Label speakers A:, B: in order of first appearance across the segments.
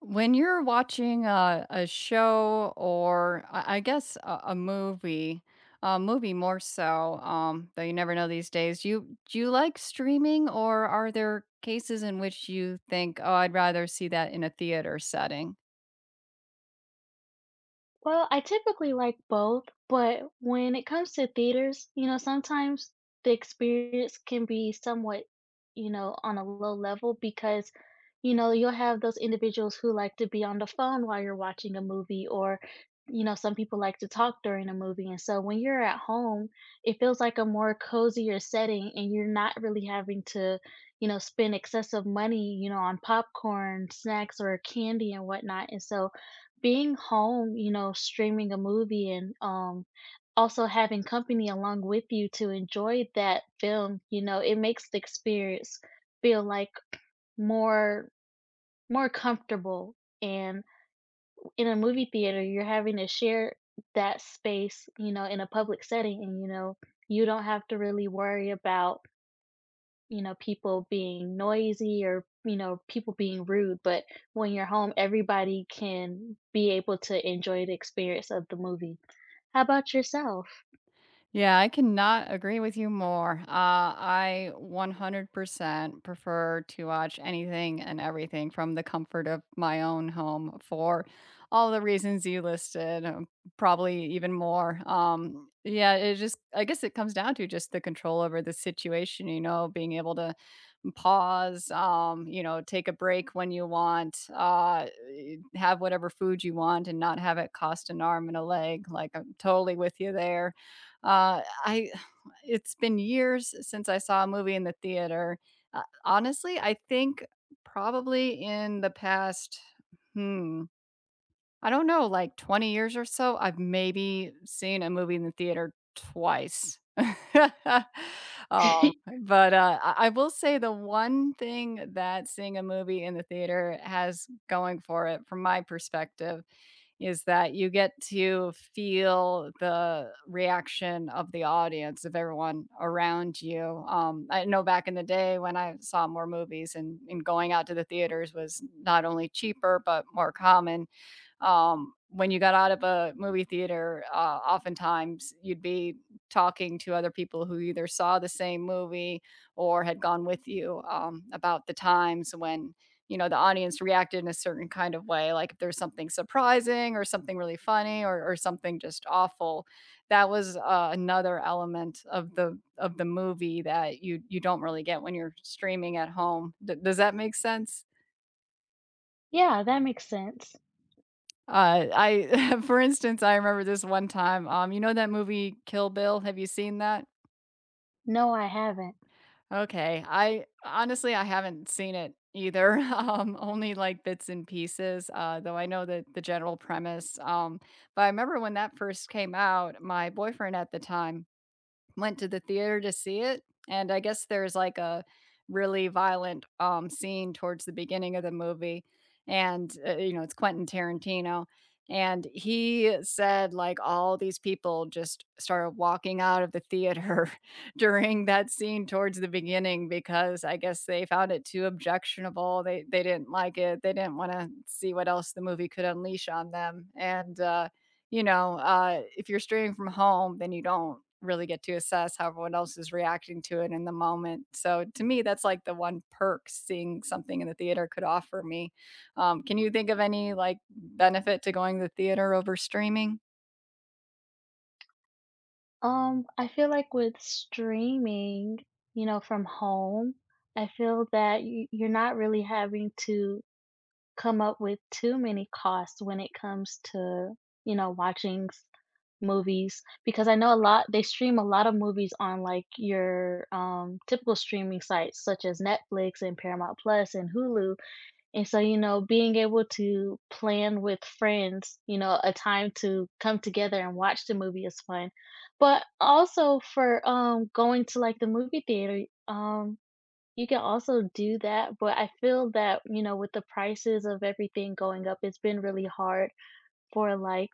A: When you're watching a show or I guess a movie, a movie more so, though you never know these days, you do you like streaming, or are there cases in which you think, oh, I'd rather see that in a theater setting?
B: Well, I typically like both, but when it comes to theaters, you know, sometimes the experience can be somewhat, you know, on a low level because, you know, you'll have those individuals who like to be on the phone while you're watching a movie, or, you know, some people like to talk during a movie. And so when you're at home, it feels like a more cozier setting and you're not really having to, you know, spend excessive money, you know, on popcorn, snacks, or candy and whatnot. And so, being home, you know, streaming a movie and also having company along with you to enjoy that film, you know, it makes the experience feel like more more comfortable. And in a movie theater, you're having to share that space, you know, in a public setting and you know, you don't have to really worry about you know, people being noisy or, you know, people being rude, but when you're home, everybody can be able to enjoy the experience of the movie. How about yourself?
A: Yeah, I cannot agree with you more. I 100% prefer to watch anything and everything from the comfort of my own home for all the reasons you listed, probably even more. Yeah, it just, I guess it comes down to just the control over the situation, you know, being able to pause, you know, take a break when you want, have whatever food you want and not have it cost an arm and a leg. Like, I'm totally with you there. I It's been years since I saw a movie in the theater. Honestly, I think probably in the past, hmm I don't know, like 20 years or so, I've maybe seen a movie in the theater twice. Um, but I will say the one thing that seeing a movie in the theater has going for it, from my perspective, is that you get to feel the reaction of the audience, of everyone around you. I know back in the day when I saw more movies, and going out to the theaters was not only cheaper but more common. When you got out of a movie theater, oftentimes you'd be talking to other people who either saw the same movie or had gone with you, about the times when, you know, the audience reacted in a certain kind of way, like if there's something surprising or something really funny, or something just awful. That was another element of the movie that you don't really get when you're streaming at home. Does that make sense?
B: Yeah, that makes sense.
A: I For instance, I remember this one time, you know that movie Kill Bill? Have you seen that?
B: No, I haven't.
A: Okay. I honestly, I haven't seen it either. Only like bits and pieces, though I know that the general premise. But I remember when that first came out, my boyfriend at the time went to the theater to see it, and I guess there's, like, a really violent, scene towards the beginning of the movie, and, you know, it's Quentin Tarantino, and he said, like, all these people just started walking out of the theater during that scene towards the beginning, because I guess they found it too objectionable, they didn't like it, they didn't wanna see what else the movie could unleash on them, and you know, if you're streaming from home, then you don't really get to assess how everyone else is reacting to it in the moment. So to me, that's like the one perk seeing something in the theater could offer me. Can you think of any, like, benefit to going to the theater over streaming?
B: I feel like with streaming, you know, from home, I feel that you're not really having to come up with too many costs when it comes to, you know, watching s movies, because I know a lot they stream a lot of movies on, like, your, typical streaming sites such as Netflix and Paramount Plus and Hulu, and so, you know, being able to plan with friends, you know, a time to come together and watch the movie is fun, but also for, going to, like, the movie theater, you can also do that, but I feel that, you know, with the prices of everything going up, it's been really hard for, like,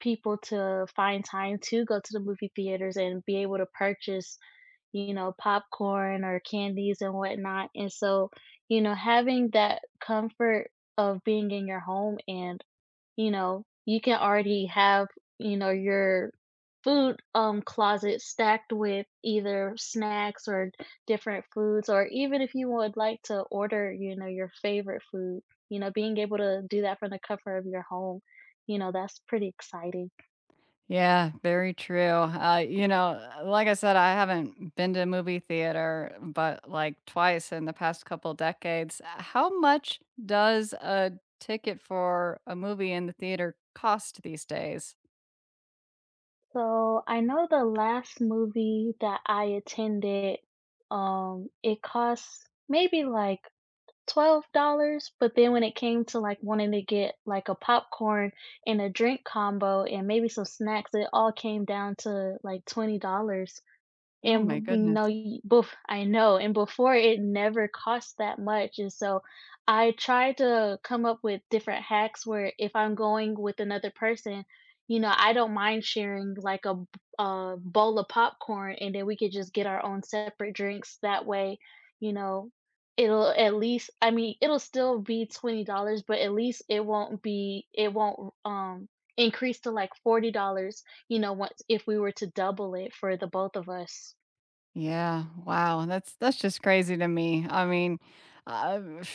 B: people to find time to go to the movie theaters and be able to purchase, you know, popcorn or candies and whatnot, and so, you know, having that comfort of being in your home and, you know, you can already have, you know, your food, closet stacked with either snacks or different foods, or even if you would like to order, you know, your favorite food, you know, being able to do that from the comfort of your home, you know, that's pretty exciting.
A: Yeah, very true. You know, like I said, I haven't been to a movie theater but, like, twice in the past couple decades. How much does a ticket for a movie in the theater cost these days?
B: So I know the last movie that I attended, it cost maybe like $12, but then when it came to, like, wanting to get, like, a popcorn and a drink combo and maybe some snacks, it all came down to, like, $20.
A: Oh my
B: And b you
A: goodness.
B: know, y bef I know, and before it never cost that much, and so I try to come up with different hacks where if I'm going with another person, you know, I don't mind sharing like a bowl of popcorn, and then we could just get our own separate drinks. That way, you know, it'll at least I mean, it'll still be $20, but at least it won't be it won't, increase to like $40, you know, once if we were to double it for the both of us.
A: Yeah. Wow. That's just crazy to me. I mean, uh,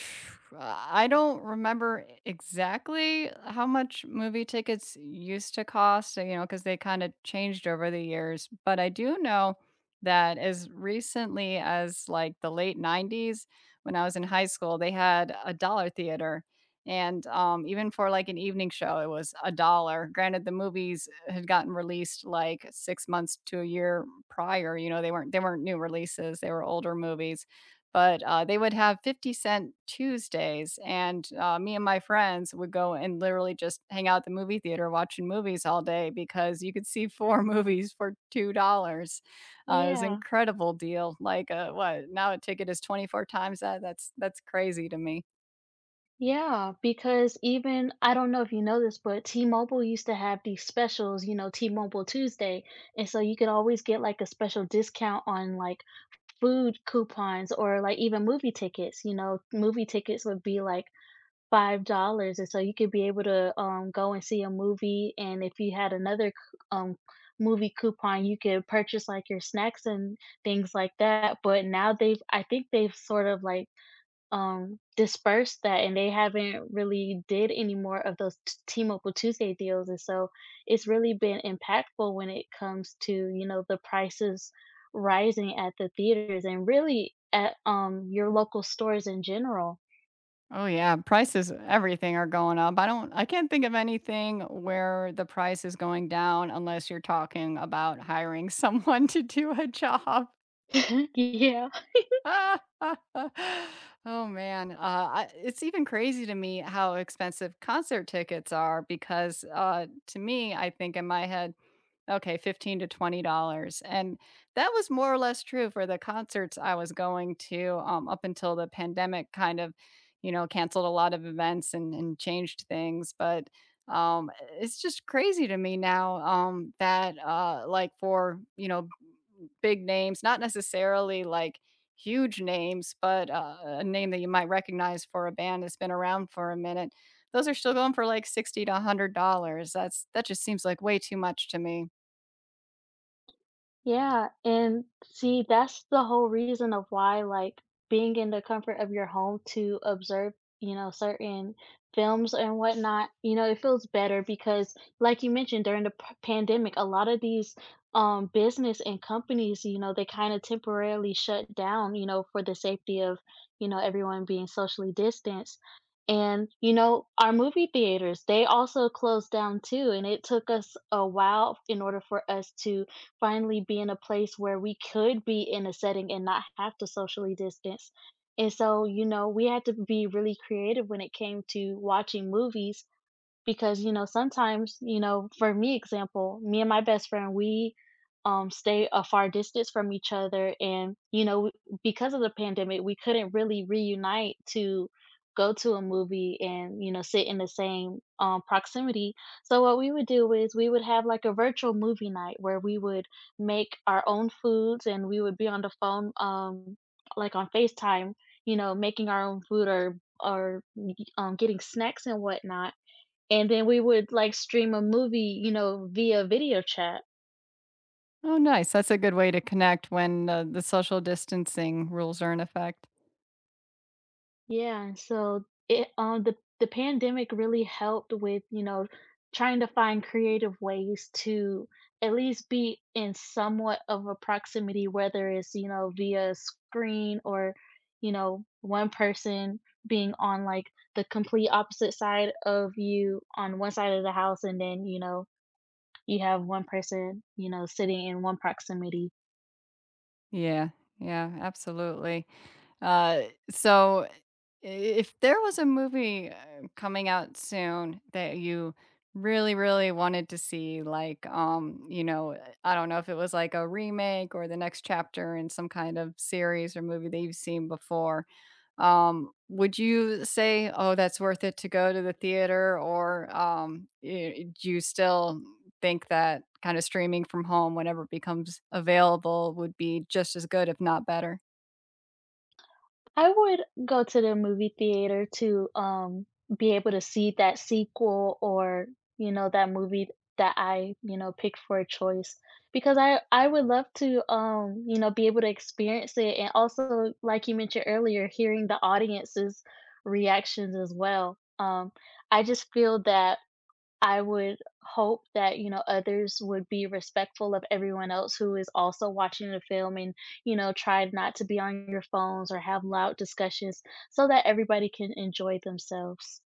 A: I don't remember exactly how much movie tickets used to cost, you know, because they kind of changed over the years. But I do know that as recently as like the late 90s, when I was in high school, they had a dollar theater. And even for like an evening show, it was a dollar. Granted, the movies had gotten released like 6 months to a year prior, you know, they weren't new releases, they were older movies, but, they would have 50 cent Tuesdays, and, me and my friends would go and literally just hang out at the movie theater watching movies all day because you could see 4 movies for $2. It was an
B: Yeah.
A: incredible deal, like, what, now a ticket is 24 times that? That's crazy to me.
B: Yeah, because even I don't know if you know this, but T-Mobile used to have these specials, you know, T-Mobile Tuesday, and so you could always get like a special discount on like food coupons or like even movie tickets, you know, movie tickets would be like $5 and so you could be able to go and see a movie and if you had another movie coupon, you could purchase like your snacks and things like that. But now they've I think they've sort of like dispersed that and they haven't really did any more of those T-Mobile Tuesday deals. And so it's really been impactful when it comes to, you know, the prices rising at the theaters and really at your local stores in general.
A: Oh yeah, prices everything are going up. I can't think of anything where the price is going down, unless you're talking about hiring someone to do a job.
B: Yeah.
A: Oh man, it's even crazy to me how expensive concert tickets are, because to me, I think in my head, okay, 15 to $20, and that was more or less true for the concerts I was going to, up until the pandemic kind of, you know, canceled a lot of events and changed things. But, um, it's just crazy to me now, that, like, for, you know, big names, not necessarily, like, huge names, but, a name that you might recognize for a band that's been around for a minute, those are still going for, like, $60 to $100. That's that just seems like way too much to me.
B: Yeah, and see, that's the whole reason of why, like, being in the comfort of your home to observe, you know, certain films and whatnot, you know, it feels better because, like you mentioned, during the pandemic, a lot of these business and companies, you know, they kind of temporarily shut down, you know, for the safety of, you know, everyone being socially distanced. And, you know, our movie theaters, they also closed down too. And it took us a while in order for us to finally be in a place where we could be in a setting and not have to socially distance. And so, you know, we had to be really creative when it came to watching movies because, you know, sometimes, you know, for me example, me and my best friend, we, stay a far distance from each other and, you know, because of the pandemic, we couldn't really reunite to go to a movie and, you know, sit in the same, proximity. So what we would do is we would have, like, a virtual movie night where we would make our own foods and we would be on the phone, like, on FaceTime, you know, making our own food or or, getting snacks and whatnot and then we would like stream a movie, you know, via video chat.
A: Oh, nice. That's a good way to connect when, the social distancing rules are in effect.
B: Yeah, and so it the pandemic really helped with, you know, trying to find creative ways to at least be in somewhat of a proximity, whether it's, you know, via screen or, you know, one person being on like the complete opposite side of you on one side of the house and then, you know, you have one person, you know, sitting in one proximity.
A: Yeah, yeah, absolutely. Uh, so I If there was a movie, coming out soon that you really, really wanted to see, like, you know, I don't know if it was like a remake or the next chapter in some kind of series or movie that you've seen before, would you say, "Oh, that's worth it to go to the theater," or do you still think that kind of streaming from home whenever it becomes available would be just as good, if not better?
B: I would go to the movie theater to, be able to see that sequel or, you know, that movie that I you know, picked for a choice because I would love to, you know, be able to experience it and also, like you mentioned earlier, hearing the audience's reactions as well. I just feel that I would hope that, you know, others would be respectful of everyone else who is also watching the film and, you know, try not to be on your phones or have loud discussions so that everybody can enjoy themselves.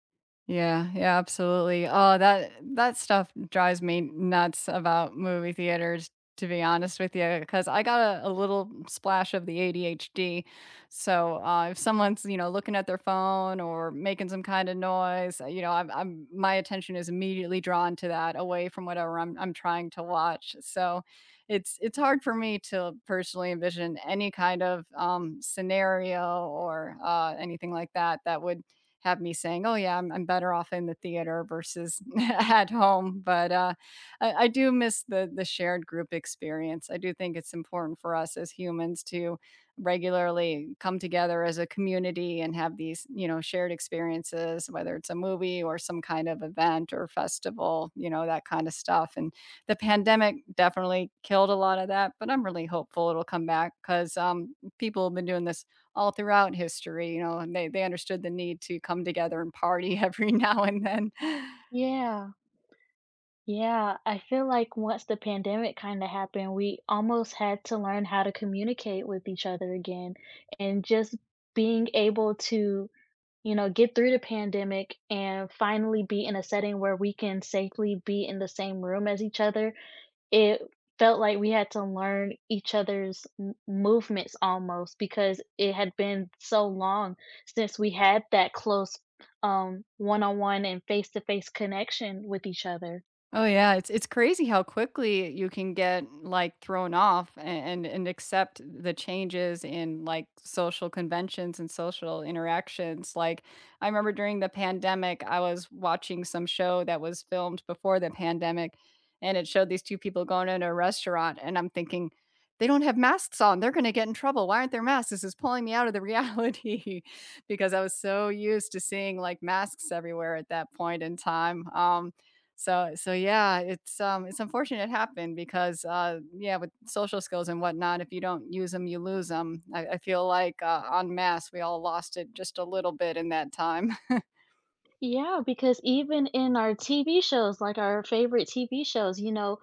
A: Yeah, yeah, absolutely. Oh, that that stuff drives me nuts about movie theaters, to be honest with you, because I got a little splash of the ADHD. So if someone's, you know, looking at their phone or making some kind of noise, you know, I'm my attention is immediately drawn to that, away from whatever I'm trying to watch. So it's hard for me to personally envision any kind of scenario or anything like that that would have me saying, "Oh, yeah, I'm better off in the theater versus at home." But, uh, I do miss the shared group experience. I do think it's important for us as humans to regularly come together as a community and have these, you know, shared experiences, whether it's a movie or some kind of event or festival, you know, that kinda stuff. And the pandemic definitely killed a lot of that, but I'm really hopeful it'll come back, 'cause, people have been doing this all throughout history, you know, and they understood the need to come together and party every now and then.
B: Yeah. Yeah, I feel like once the pandemic kind of happened, we almost had to learn how to communicate with each other again and just being able to, you know, get through the pandemic and finally be in a setting where we can safely be in the same room as each other. It felt like we had to learn each other's m movements almost because it had been so long since we had that close, one-on-one and face-to-face connection with each other.
A: Oh yeah, it's crazy how quickly you can get, like, thrown off and accept the changes in, like, social conventions and social interactions. Like, I remember during the pandemic, I was watching some show that was filmed before the pandemic, and it showed these two people going into a restaurant, and I'm thinking, they don't have masks on. They're going to get in trouble. Why aren't there masks? This is pulling me out of the reality because I was so used to seeing like masks everywhere at that point in time. So yeah, it's unfortunate it happened, because, yeah, with social skills and whatnot, if you don't use them, you lose 'em. I feel like, en masse, we all lost it just a little bit in that time.
B: Yeah, because even in our TV shows, like our favorite TV shows, you know,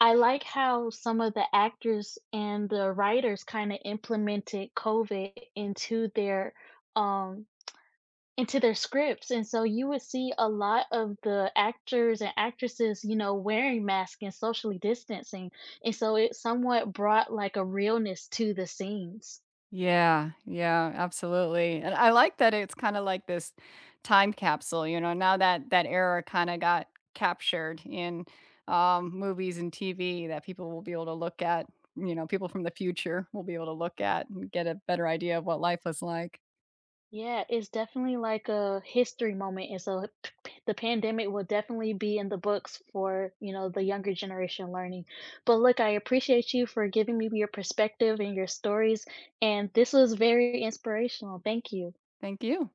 B: I like how some of the actors and the writers kinda implemented COVID um into their scripts, and so you would see a lot of the actors and actresses, you know, wearing masks and socially distancing, and so it somewhat brought, like, a realness to the scenes.
A: Yeah, yeah, absolutely. And I like that it's kind of like this time capsule, you know, now that that era kind of got captured in movies and TV that people will be able to look at, you know, people from the future will be able to look at and get a better idea of what life was like.
B: Yeah, it's definitely like a history moment, and so the pandemic will definitely be in the books for, you know, the younger generation learning. But look, I appreciate you for giving me your perspective and your stories, and this was very inspirational. Thank you.
A: Thank you.